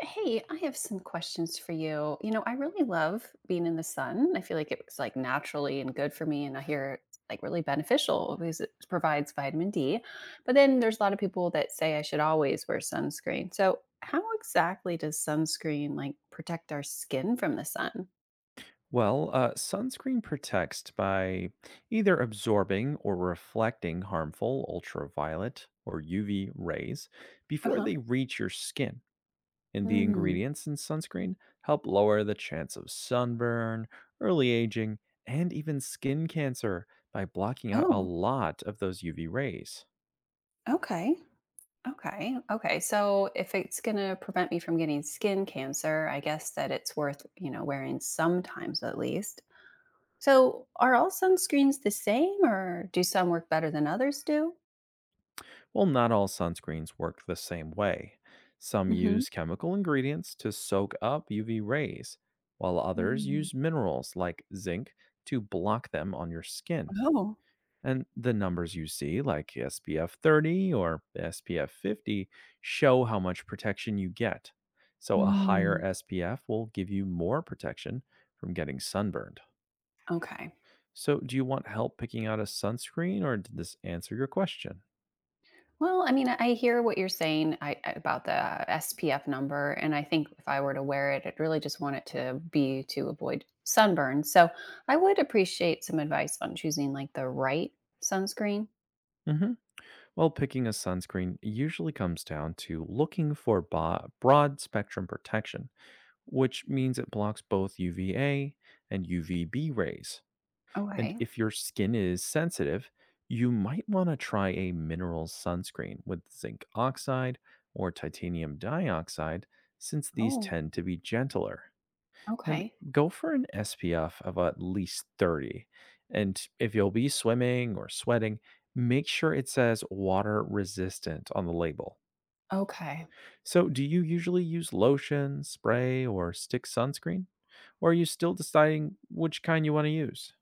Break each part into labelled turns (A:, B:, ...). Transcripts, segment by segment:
A: Hey, I have some questions for you. You know, I really love being in the sun. I feel like it was like naturally and good for me. And I hear it's like really beneficial because it provides vitamin D. But then there's a lot of people that say I should always wear sunscreen. So, how exactly does sunscreen like protect our skin from the sun?
B: Well, sunscreen protects by either absorbing or reflecting harmful ultraviolet or UV rays
A: Uh
B: before
A: huh.
B: they reach your skin. And the
A: Mm.
B: ingredients in sunscreen help lower the chance of sunburn, early aging, and even skin cancer by blocking out a
A: Oh,
B: lot of those UV rays.
A: okay. Okay. Okay. So if it's going to prevent me from getting skin cancer, I guess that it's worth, you know, wearing sometimes at least. So, are all sunscreens the same, or do some work better than others do?
B: Well, not all sunscreens work the same way. Some
A: Mm-hmm.
B: use chemical ingredients to soak up UV rays, while others
A: Mm.
B: use minerals like zinc to block them on your skin.
A: Oh,
B: And the numbers you see, like SPF 30 or SPF 50, show how much protection you get. So, a higher
A: mm,
B: SPF will give you more protection from getting sunburned.
A: okay.
B: So, do you want help picking out a sunscreen, or did this answer your question?
A: Well, I mean, I hear what you're saying about the SPF number, and I think if I were to wear it, I'd really just want it to be to avoid sunburn. So, I would appreciate some advice on choosing like the right sunscreen.
B: Hmm. Well, picking a sunscreen usually comes down to looking for broad spectrum protection, which means it blocks both UVA and UVB rays. And
A: Okay.
B: if your skin is sensitive, you might want to try a mineral sunscreen with zinc oxide or titanium dioxide, since these
A: Oh,
B: tend to be gentler. And
A: okay.
B: go for an SPF of at least 30. And if you'll be swimming or sweating, make sure it says water resistant on the label.
A: Okay.
B: So, do you usually use lotion, spray, or stick sunscreen? Or are you still deciding which kind you want to use?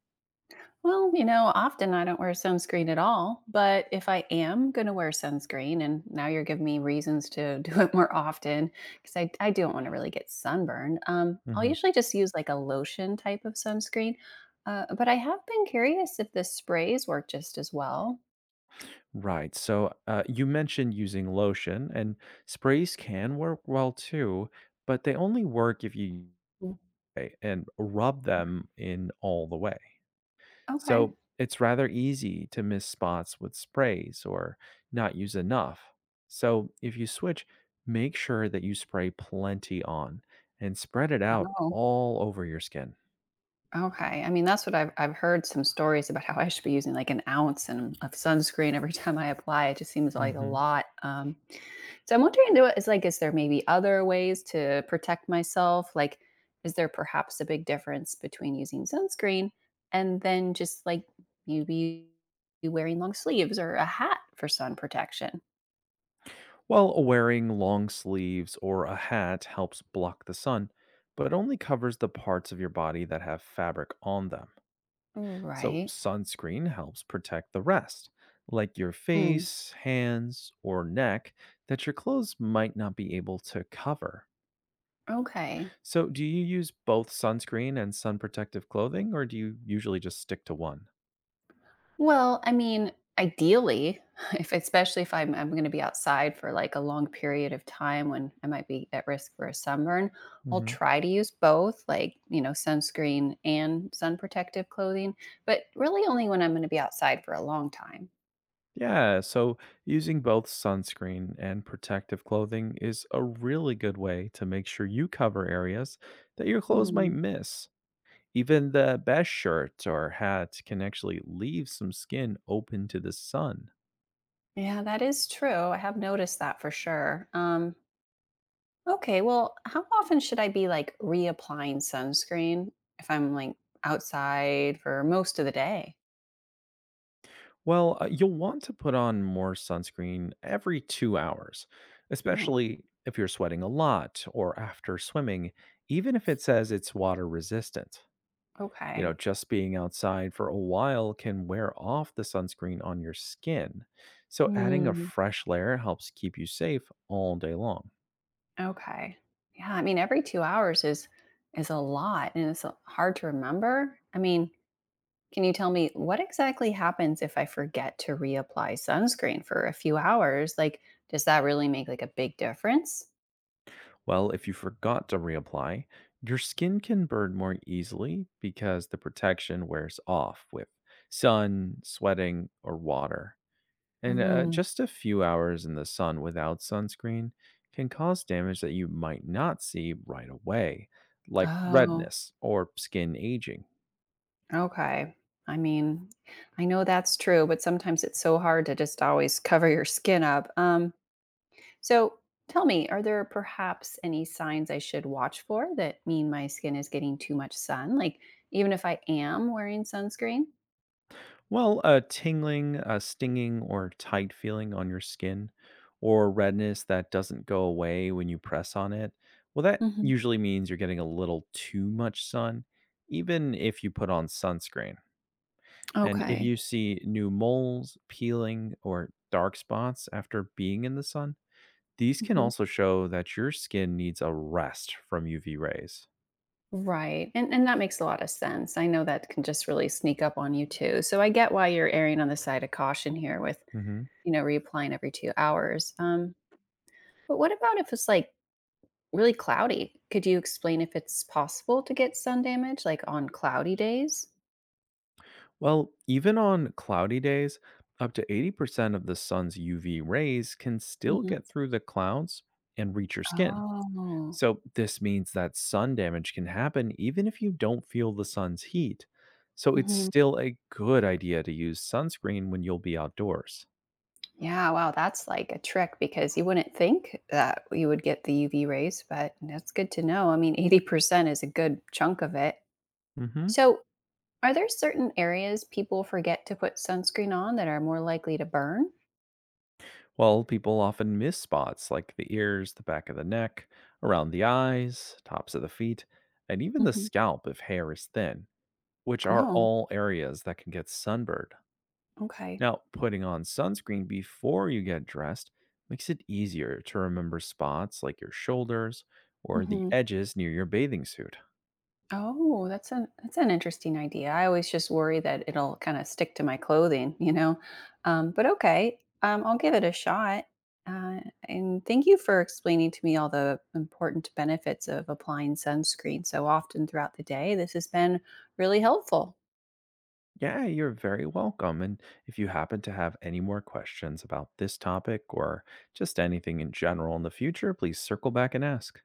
A: Well, you know, often I don't wear sunscreen at all, but if I am going to wear sunscreen, and now you're giving me reasons to do it more often because I don't want to really get sunburned, I'll
B: Mhm.
A: usually just use like a lotion type of sunscreen. But I have been curious if the sprays work just as well.
B: Right. So you mentioned using lotion, and sprays can work well too, but they only work if you
A: Mm.
B: eh, and rub them in all the way.
A: Okay.
B: So it's rather easy to miss spots with sprays or not use enough. So if you switch, make sure that you spray plenty on and spread it out
A: Oh,
B: all over your skin.
A: okay. I mean, that's what I've heard some stories about how I should be using like an ounce of sunscreen every time I apply. It just seems like a
B: Mhm.
A: lot. So I'm wondering, though, is like, is there maybe other ways to protect myself? Like, is there perhaps a big difference between using sunscreen and then just like maybe wearing long sleeves or a hat for sun protection?
B: Well, wearing long sleeves or a hat helps block the sun, but it only covers the parts of your body that have fabric on them. So,
A: Right.
B: sunscreen helps protect the rest, like your
A: Mm,
B: face, hands, or neck, that your clothes might not be able to cover.
A: okay.
B: So, do you use both sunscreen and sun protective clothing, or do you usually just stick to one?
A: Well, I mean, ideally, if especially if I'm gonna be outside for, like, a long period of time when I might be at risk for a sunburn, I'll
B: Hmm.
A: try to use both, like, you know, sunscreen and sun protective clothing, but really only when I'm gonna be outside for a long time.
B: Yeah, so using both sunscreen and protective clothing is a really good way to make sure you cover areas that your clothes might
A: Mm.
B: miss. Even the best shirt or hat can actually leave some skin open to the sun.
A: Yeah, that is true. I have noticed that for sure. Okay, well, how often should I be, like, reapplying sunscreen if I'm, like, outside for most of the day?
B: Well, you'll want to put on more sunscreen every 2 hours,
A: Oh,
B: especially if you're sweating a lot or after swimming, even if it says it's water resistant. You
A: okay.
B: know, just being outside for a while can wear off the sunscreen on your skin. So, adding a
A: Hmm.
B: fresh layer helps keep you safe all day long.
A: Okay. Yeah, I mean, every 2 hours is a lot, and it's, hard to remember. I mean, can you tell me what exactly happens if I forget to reapply sunscreen for a few hours? Like, does that really make, like, a big difference?
B: Well, if you forgot to reapply, your skin can burn more easily because the protection wears off with sun, sweating, or water. And
A: Mhm.
B: just a few hours in the sun without sunscreen can cause damage that you might not see right away, like
A: Oh,
B: redness or skin aging.
A: okay. I mean, I know that's true, but sometimes it's so hard to just always cover your skin up. So tell me, are there perhaps any signs I should watch for that mean my skin is getting too much sun? Like, even if I am wearing sunscreen?
B: Well, a tingling, a stinging, or tight feeling on your skin, or redness that doesn't go away when you press on it, well, that
A: Hmm.
B: usually means you're getting a little too much sun, even if you put on sunscreen. And if
A: Okay.
B: you see new moles, peeling, or dark spots after being in the sun, these can
A: Hmm.
B: also show that your skin needs a rest from UV rays.
A: Right. And that makes a lot of sense. I know that can just really sneak up on you too. So I get why you're erring on the side of caution here with,
B: Mhm.
A: you know, reapplying every 2 hours. But what about if it's like really cloudy? Could you explain if it's possible to get sun damage like on cloudy days?
B: Well, even on cloudy days, up to 80% of the sun's UV rays can still
A: Hmm.
B: get through the clouds and reach your skin.
A: Oh.
B: So, this means that sun damage can happen even if you don't feel the sun's heat. So, it's still a good idea to use sunscreen when you'll be outdoors.
A: Yeah, wow, that's like a trick because you wouldn't think that you would get the UV rays, but that's good to know. I mean, 80% is a good chunk of it.
B: Mhm.
A: So, are there certain areas people forget to put sunscreen on that are more likely to burn?
B: Well, people often miss spots like the ears, the back of the neck, around the eyes, tops of the feet, and even the
A: Mhm.
B: scalp if hair is thin, which are
A: No.
B: all areas that can get sunburned.
A: Okay.
B: Now, putting on sunscreen before you get dressed makes it easier to remember spots like your shoulders or the
A: Mhm.
B: edges near your bathing suit.
A: Oh, that's an interesting idea. I always just worry that it'll kind of stick to my clothing, you know. But okay, I'll give it a shot. Uh, and thank you for explaining to me all the important benefits of applying sunscreen so often throughout the day. This has been really helpful.
B: Yeah, you're very welcome. And if you happen to have any more questions about this topic or just anything in general in the future, please circle back and ask.